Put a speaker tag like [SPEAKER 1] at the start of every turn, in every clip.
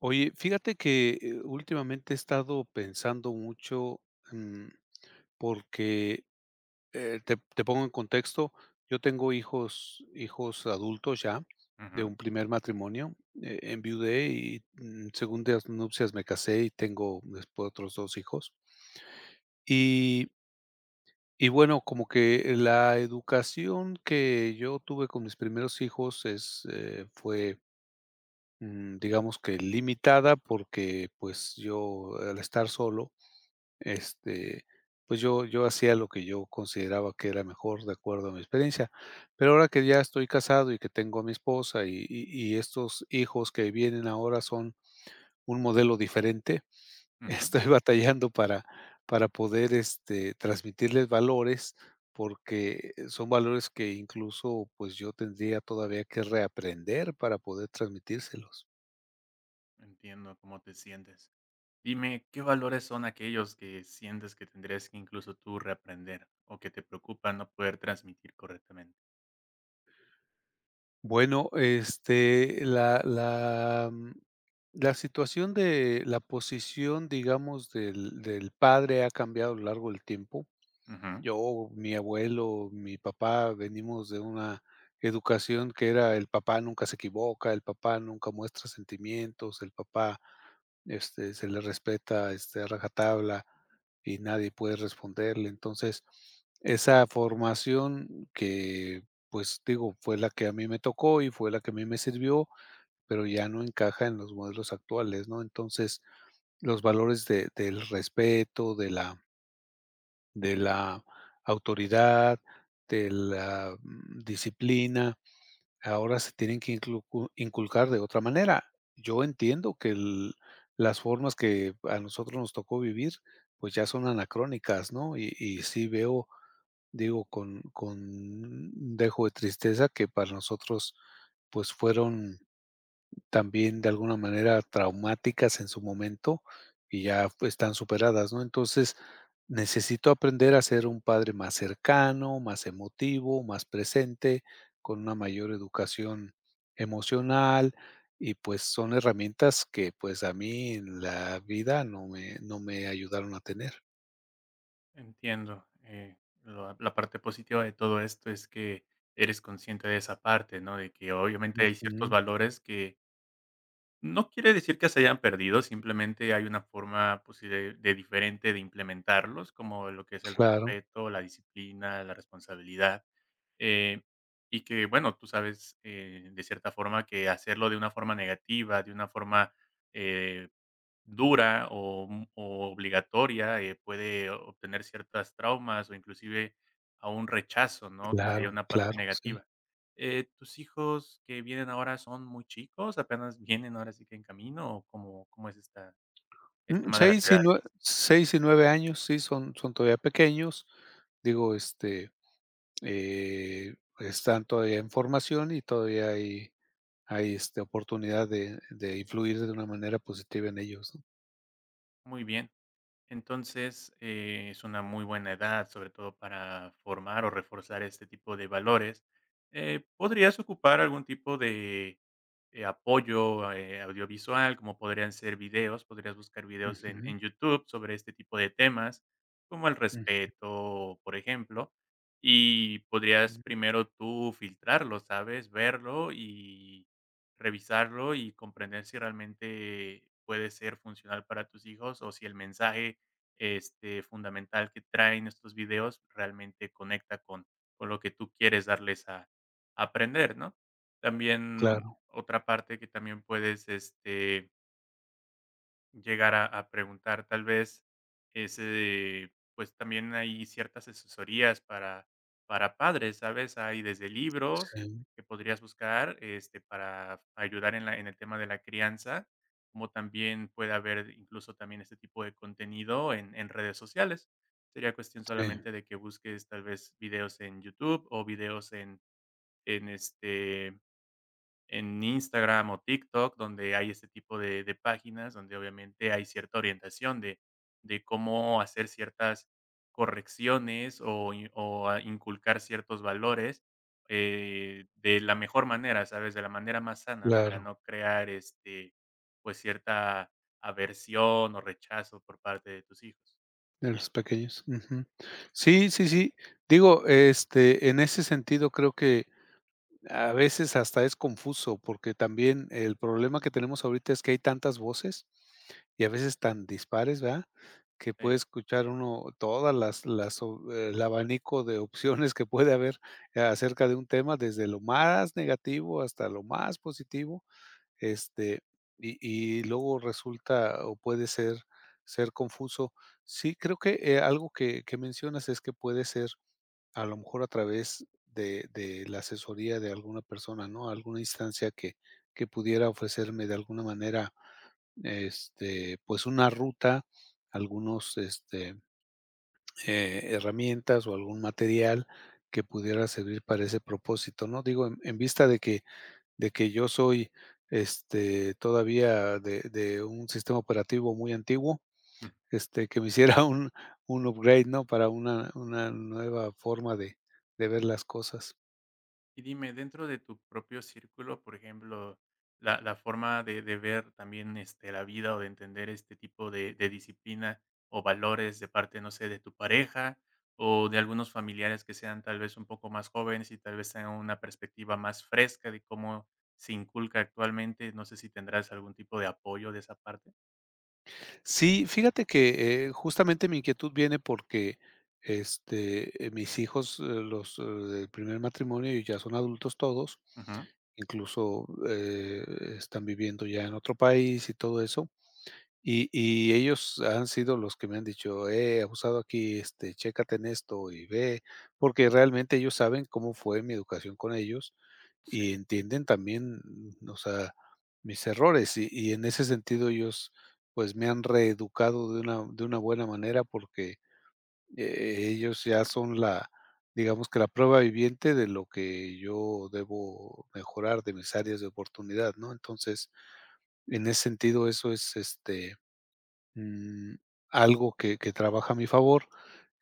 [SPEAKER 1] Oye, fíjate que, últimamente he estado pensando mucho, mm, porque, te pongo en contexto. Yo tengo hijos adultos ya, de
[SPEAKER 2] Ujú,
[SPEAKER 1] un primer matrimonio. Enviudé y, segundas nupcias me casé y tengo después otros 2 hijos. Y y bueno, como que la educación que yo tuve con mis primeros hijos es, fue, digamos, que limitada, porque, pues, yo, al estar solo, este, pues yo hacía lo que yo consideraba que era mejor de acuerdo a mi experiencia. Pero ahora que ya estoy casado y que tengo a mi esposa y estos hijos que vienen ahora son un modelo diferente.
[SPEAKER 2] ujú.
[SPEAKER 1] Estoy batallando para poder, transmitirles valores, porque son valores que incluso, pues, yo tendría todavía que reaprender para poder transmitírselos.
[SPEAKER 2] Entiendo cómo te sientes. Dime, ¿qué valores son aquellos que sientes que tendrías que incluso tú reaprender o que te preocupa no poder transmitir correctamente?
[SPEAKER 1] Bueno, la la situación de la posición, digamos, del padre ha cambiado a lo largo del tiempo.
[SPEAKER 2] Ujú.
[SPEAKER 1] Yo, mi abuelo, mi papá, venimos de una educación que era: el papá nunca se equivoca, el papá nunca muestra sentimientos, el papá, se le respeta, a rajatabla, y nadie puede responderle. Entonces, esa formación que, pues, digo, fue la que a mí me tocó y fue la que a mí me sirvió, pero ya no encaja en los modelos actuales, ¿no? Entonces, los valores de del respeto, de la autoridad, de la disciplina, ahora se tienen que inculcar de otra manera. Yo entiendo que las formas que a nosotros nos tocó vivir, pues ya son anacrónicas, ¿no? Y sí veo, digo, con un dejo de tristeza, que para nosotros, pues fueron también, de alguna manera, traumáticas en su momento, y ya, pues, están superadas, ¿no? Entonces, necesito aprender a ser un padre más cercano, más emotivo, más presente, con una mayor educación emocional, y, pues, son herramientas que, pues, a mí en la vida no me ayudaron a tener.
[SPEAKER 2] Entiendo. La parte positiva de todo esto es que eres consciente de esa parte, ¿no? De que obviamente hay ciertos
[SPEAKER 1] Ujú.
[SPEAKER 2] valores que no quiere decir que se hayan perdido, simplemente hay una forma pues, sí, de diferente de implementarlos, como lo que es el
[SPEAKER 1] Claro,
[SPEAKER 2] respeto, la disciplina, la responsabilidad. eh, y que, bueno, tú sabes, de cierta forma, que hacerlo de una forma negativa, de una forma eh, dura o obligatoria, puede obtener ciertas traumas o inclusive a un rechazo, ¿no? Que te lleva a
[SPEAKER 1] claro,
[SPEAKER 2] una parte
[SPEAKER 1] claro, sí.
[SPEAKER 2] negativa. ¿Tus hijos que vienen ahora son muy chicos? ¿Apenas vienen ahora sí que en camino? ¿O cómo, cómo es esta, el
[SPEAKER 1] Mm,
[SPEAKER 2] tema de las
[SPEAKER 1] 6 y nueve
[SPEAKER 2] edades?
[SPEAKER 1] 6 y 9 años, sí, son todavía pequeños. Digo, están todavía en formación y todavía oportunidad de influir de una manera positiva en ellos, ¿no?
[SPEAKER 2] Muy bien. Entonces, es una muy buena edad, sobre todo para formar o reforzar este tipo de valores. ¿Podrías ocupar algún tipo de, apoyo, audiovisual, como podrían ser videos? Podrías buscar videos en
[SPEAKER 1] Ujú,
[SPEAKER 2] en YouTube sobre este tipo de temas, como el respeto, por ejemplo, y podrías
[SPEAKER 1] ujú.
[SPEAKER 2] primero tú filtrarlo, ¿sabes? Verlo y revisarlo y comprender si realmente puede ser funcional para tus hijos o si el mensaje este, fundamental que traen estos videos realmente conecta con lo que tú quieres darles a aprender, ¿no? También
[SPEAKER 1] Claro,
[SPEAKER 2] otra parte que también puedes, este, llegar a preguntar, tal vez, ese, pues, también hay ciertas asesorías para padres, ¿sabes? Hay desde libros
[SPEAKER 1] sí,
[SPEAKER 2] que podrías buscar, este, para ayudar en la en el tema de la crianza, como también puede haber incluso también este tipo de contenido en redes sociales. Sería cuestión
[SPEAKER 1] sí,
[SPEAKER 2] solamente de que busques, tal vez, videos en YouTube o videos en, este, en Instagram o TikTok, donde hay este tipo de páginas, donde obviamente hay cierta orientación de cómo hacer ciertas correcciones o a inculcar ciertos valores, de la mejor manera, ¿sabes? De la manera más sana para
[SPEAKER 1] claro,
[SPEAKER 2] no crear, este, pues, cierta aversión o rechazo por parte de tus hijos.
[SPEAKER 1] de los pequeños. Ujú. Sí, sí, sí. Digo, en ese sentido creo que a veces hasta es confuso, porque también el problema que tenemos ahorita es que hay tantas voces y a veces tan dispares, ¿verdad? Que puede escuchar uno todas las o el abanico de opciones que puede haber, acerca de un tema, desde lo más negativo hasta lo más positivo. este, y y luego resulta o puede ser confuso. Sí, creo que, algo que mencionas es que puede ser, a lo mejor, a través de la asesoría de alguna persona, ¿no? Alguna instancia que pudiera ofrecerme de alguna manera, pues, una ruta, algunos, herramientas o algún material que pudiera servir para ese propósito, ¿no? Digo, en vista de que yo soy, todavía de un sistema operativo muy antiguo,
[SPEAKER 2] Sí.
[SPEAKER 1] que me hiciera un upgrade, ¿no? Para una nueva forma de ver las cosas.
[SPEAKER 2] Y dime, dentro de tu propio círculo, por ejemplo, la forma de ver también este, la vida o de entender este tipo de disciplina o valores de parte, no sé, de tu pareja o de algunos familiares que sean tal vez un poco más jóvenes y tal vez tengan una perspectiva más fresca de cómo se inculca actualmente. No sé si tendrás algún tipo de apoyo de esa parte.
[SPEAKER 1] Sí, fíjate que, justamente mi inquietud viene porque, mis hijos, los, del primer matrimonio, ya son adultos todos.
[SPEAKER 2] Ujú.
[SPEAKER 1] Incluso, están viviendo ya en otro país y todo eso. Y ellos han sido los que me han dicho: "He abusado aquí, chécate en esto y ve", porque realmente ellos saben cómo fue mi educación con ellos
[SPEAKER 2] Sí,
[SPEAKER 1] y entienden también, o sea, mis errores. Y en ese sentido ellos, pues, me han reeducado de una buena manera, porque, ellos ya son, la, digamos, que la prueba viviente de lo que yo debo mejorar, de mis áreas de oportunidad, ¿no? Entonces, en ese sentido, eso es, Mm, algo que trabaja a mi favor.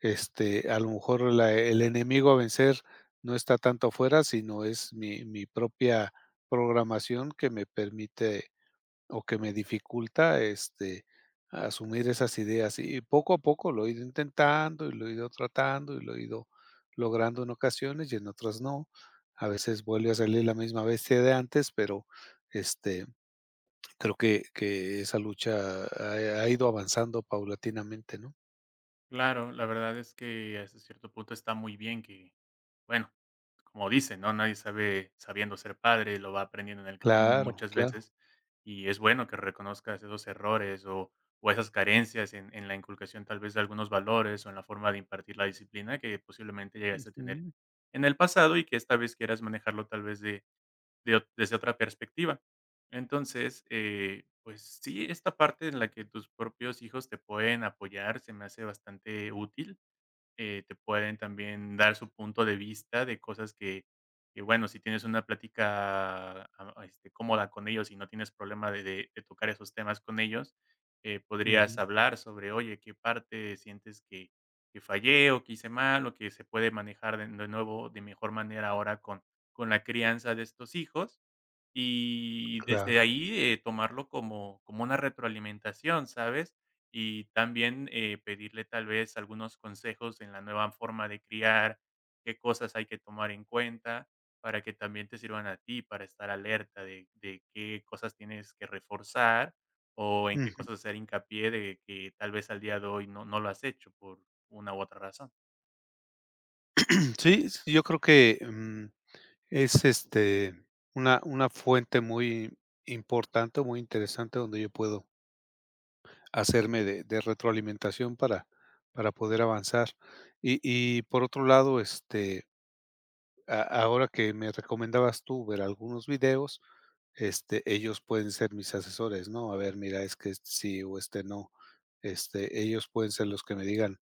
[SPEAKER 1] A lo mejor la el enemigo a vencer no está tanto afuera, sino es mi propia programación, que me permite o que me dificulta, asumir esas ideas. Y poco a poco lo he ido intentando, y lo he ido tratando, y lo he ido logrando en ocasiones, y en otras no. A veces vuelve a salir la misma bestia de antes, pero, este, creo que esa lucha ha ido avanzando paulatinamente, ¿no?
[SPEAKER 2] claro, la verdad es que hasta cierto punto está muy bien que, bueno, como dicen, ¿no? Nadie sabe sabiendo ser padre, lo va aprendiendo en el camino
[SPEAKER 1] Claro,
[SPEAKER 2] muchas
[SPEAKER 1] claro.
[SPEAKER 2] veces y es bueno que reconozcas esos errores o esas carencias en la inculcación tal vez de algunos valores o en la forma de impartir la disciplina que posiblemente llegaste a tener
[SPEAKER 1] Ujú,
[SPEAKER 2] en el pasado y que esta vez quieras manejarlo tal vez de, desde otra perspectiva. Entonces, pues sí, esta parte en la que tus propios hijos te pueden apoyar se me hace bastante útil. Te pueden también dar su punto de vista de cosas que, bueno, si tienes una plática ah, este, cómoda con ellos y no tienes problema de, de tocar esos temas con ellos, podrías
[SPEAKER 1] ujú,
[SPEAKER 2] hablar sobre, oye, qué parte sientes que fallé o que hice mal o que se puede manejar de nuevo de mejor manera ahora con la crianza de estos hijos y desde
[SPEAKER 1] claro.
[SPEAKER 2] ahí, tomarlo como como una retroalimentación, ¿sabes? Y también, pedirle tal vez algunos consejos en la nueva forma de criar, qué cosas hay que tomar en cuenta para que también te sirvan a ti, para estar alerta de qué cosas tienes que reforzar o en qué
[SPEAKER 1] Ujú.
[SPEAKER 2] cosas hacer hincapié de que tal vez al día de hoy no lo has hecho por una u otra razón.
[SPEAKER 1] Sí, sí, yo creo que, es, una fuente muy importante, muy interesante, donde yo puedo hacerme de retroalimentación para poder avanzar. Y y por otro lado, este A ahora que me recomendabas tú ver algunos videos, ellos pueden ser mis asesores, ¿no? A ver, mira, es que este sí o este no. Este, ellos pueden ser los que me digan,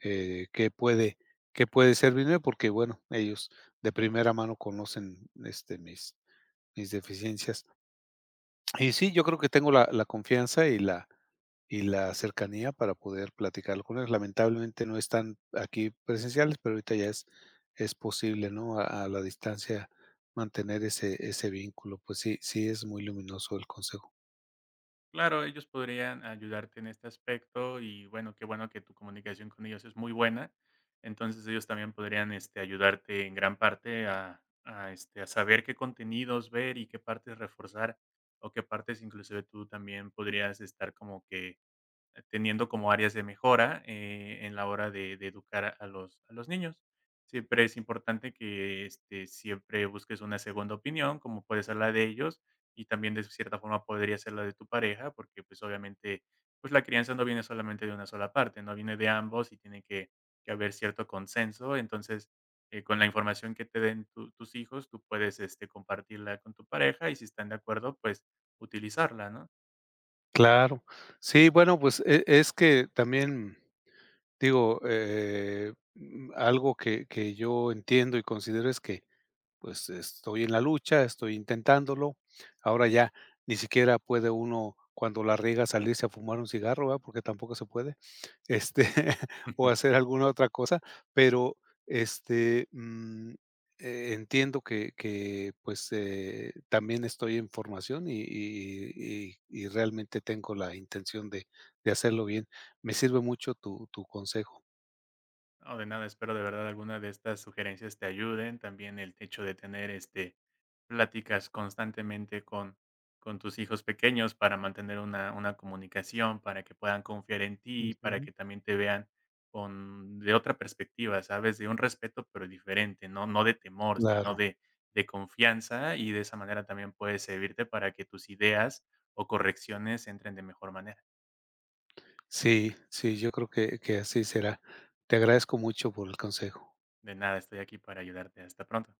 [SPEAKER 1] qué puede, qué puede servirme, porque, bueno, ellos, de primera mano, conocen, mis deficiencias. Y sí, yo creo que tengo la confianza y la cercanía para poder platicarlo con ellos. Lamentablemente no están aquí presenciales, pero ahorita ya es posible, ¿no? A la distancia mantener ese vínculo. Pues sí, sí es muy luminoso el consejo.
[SPEAKER 2] Claro, ellos podrían ayudarte en este aspecto y bueno, qué bueno que tu comunicación con ellos es muy buena. Entonces ellos también podrían este, ayudarte en gran parte a, este, a saber qué contenidos ver y qué partes reforzar o qué partes inclusive tú también podrías estar como que teniendo como áreas de mejora, en la hora de educar a los niños. Siempre es importante que, este, siempre busques una segunda opinión, como puede ser la de ellos, y también de cierta forma podría ser la de tu pareja, porque, pues, obviamente, pues, la crianza no viene solamente de una sola parte, ¿no? Viene de ambos y tiene que haber cierto consenso. Entonces, con la información que te den tu tus hijos, tú puedes, este, compartirla con tu pareja y si están de acuerdo, pues, utilizarla, ¿no?
[SPEAKER 1] Claro. Sí, bueno, pues es que también, digo, algo que yo entiendo y considero es que pues estoy en la lucha, estoy intentándolo. Ahora ya ni siquiera puede uno, cuando la riega, salirse a fumar un cigarro, ¿verdad? Porque tampoco se puede, este, o hacer alguna otra cosa. Pero este, mm, entiendo que, pues, también estoy en formación, y, y realmente tengo la intención de hacerlo bien. Me sirve mucho tu, tu consejo.
[SPEAKER 2] No, de nada, espero de verdad alguna de estas sugerencias te ayuden. También el hecho de tener este pláticas constantemente con tus hijos pequeños para mantener una comunicación, para que puedan confiar en ti, para
[SPEAKER 1] Ujú,
[SPEAKER 2] que también te vean con de otra perspectiva, ¿sabes? De un respeto, pero diferente, no, no de temor, sino
[SPEAKER 1] claro.
[SPEAKER 2] de confianza, y de esa manera también puedes servirte para que tus ideas o correcciones entren de mejor manera.
[SPEAKER 1] Sí, sí, yo creo que así será. Te agradezco mucho por el consejo.
[SPEAKER 2] De nada, estoy aquí para ayudarte. Hasta pronto.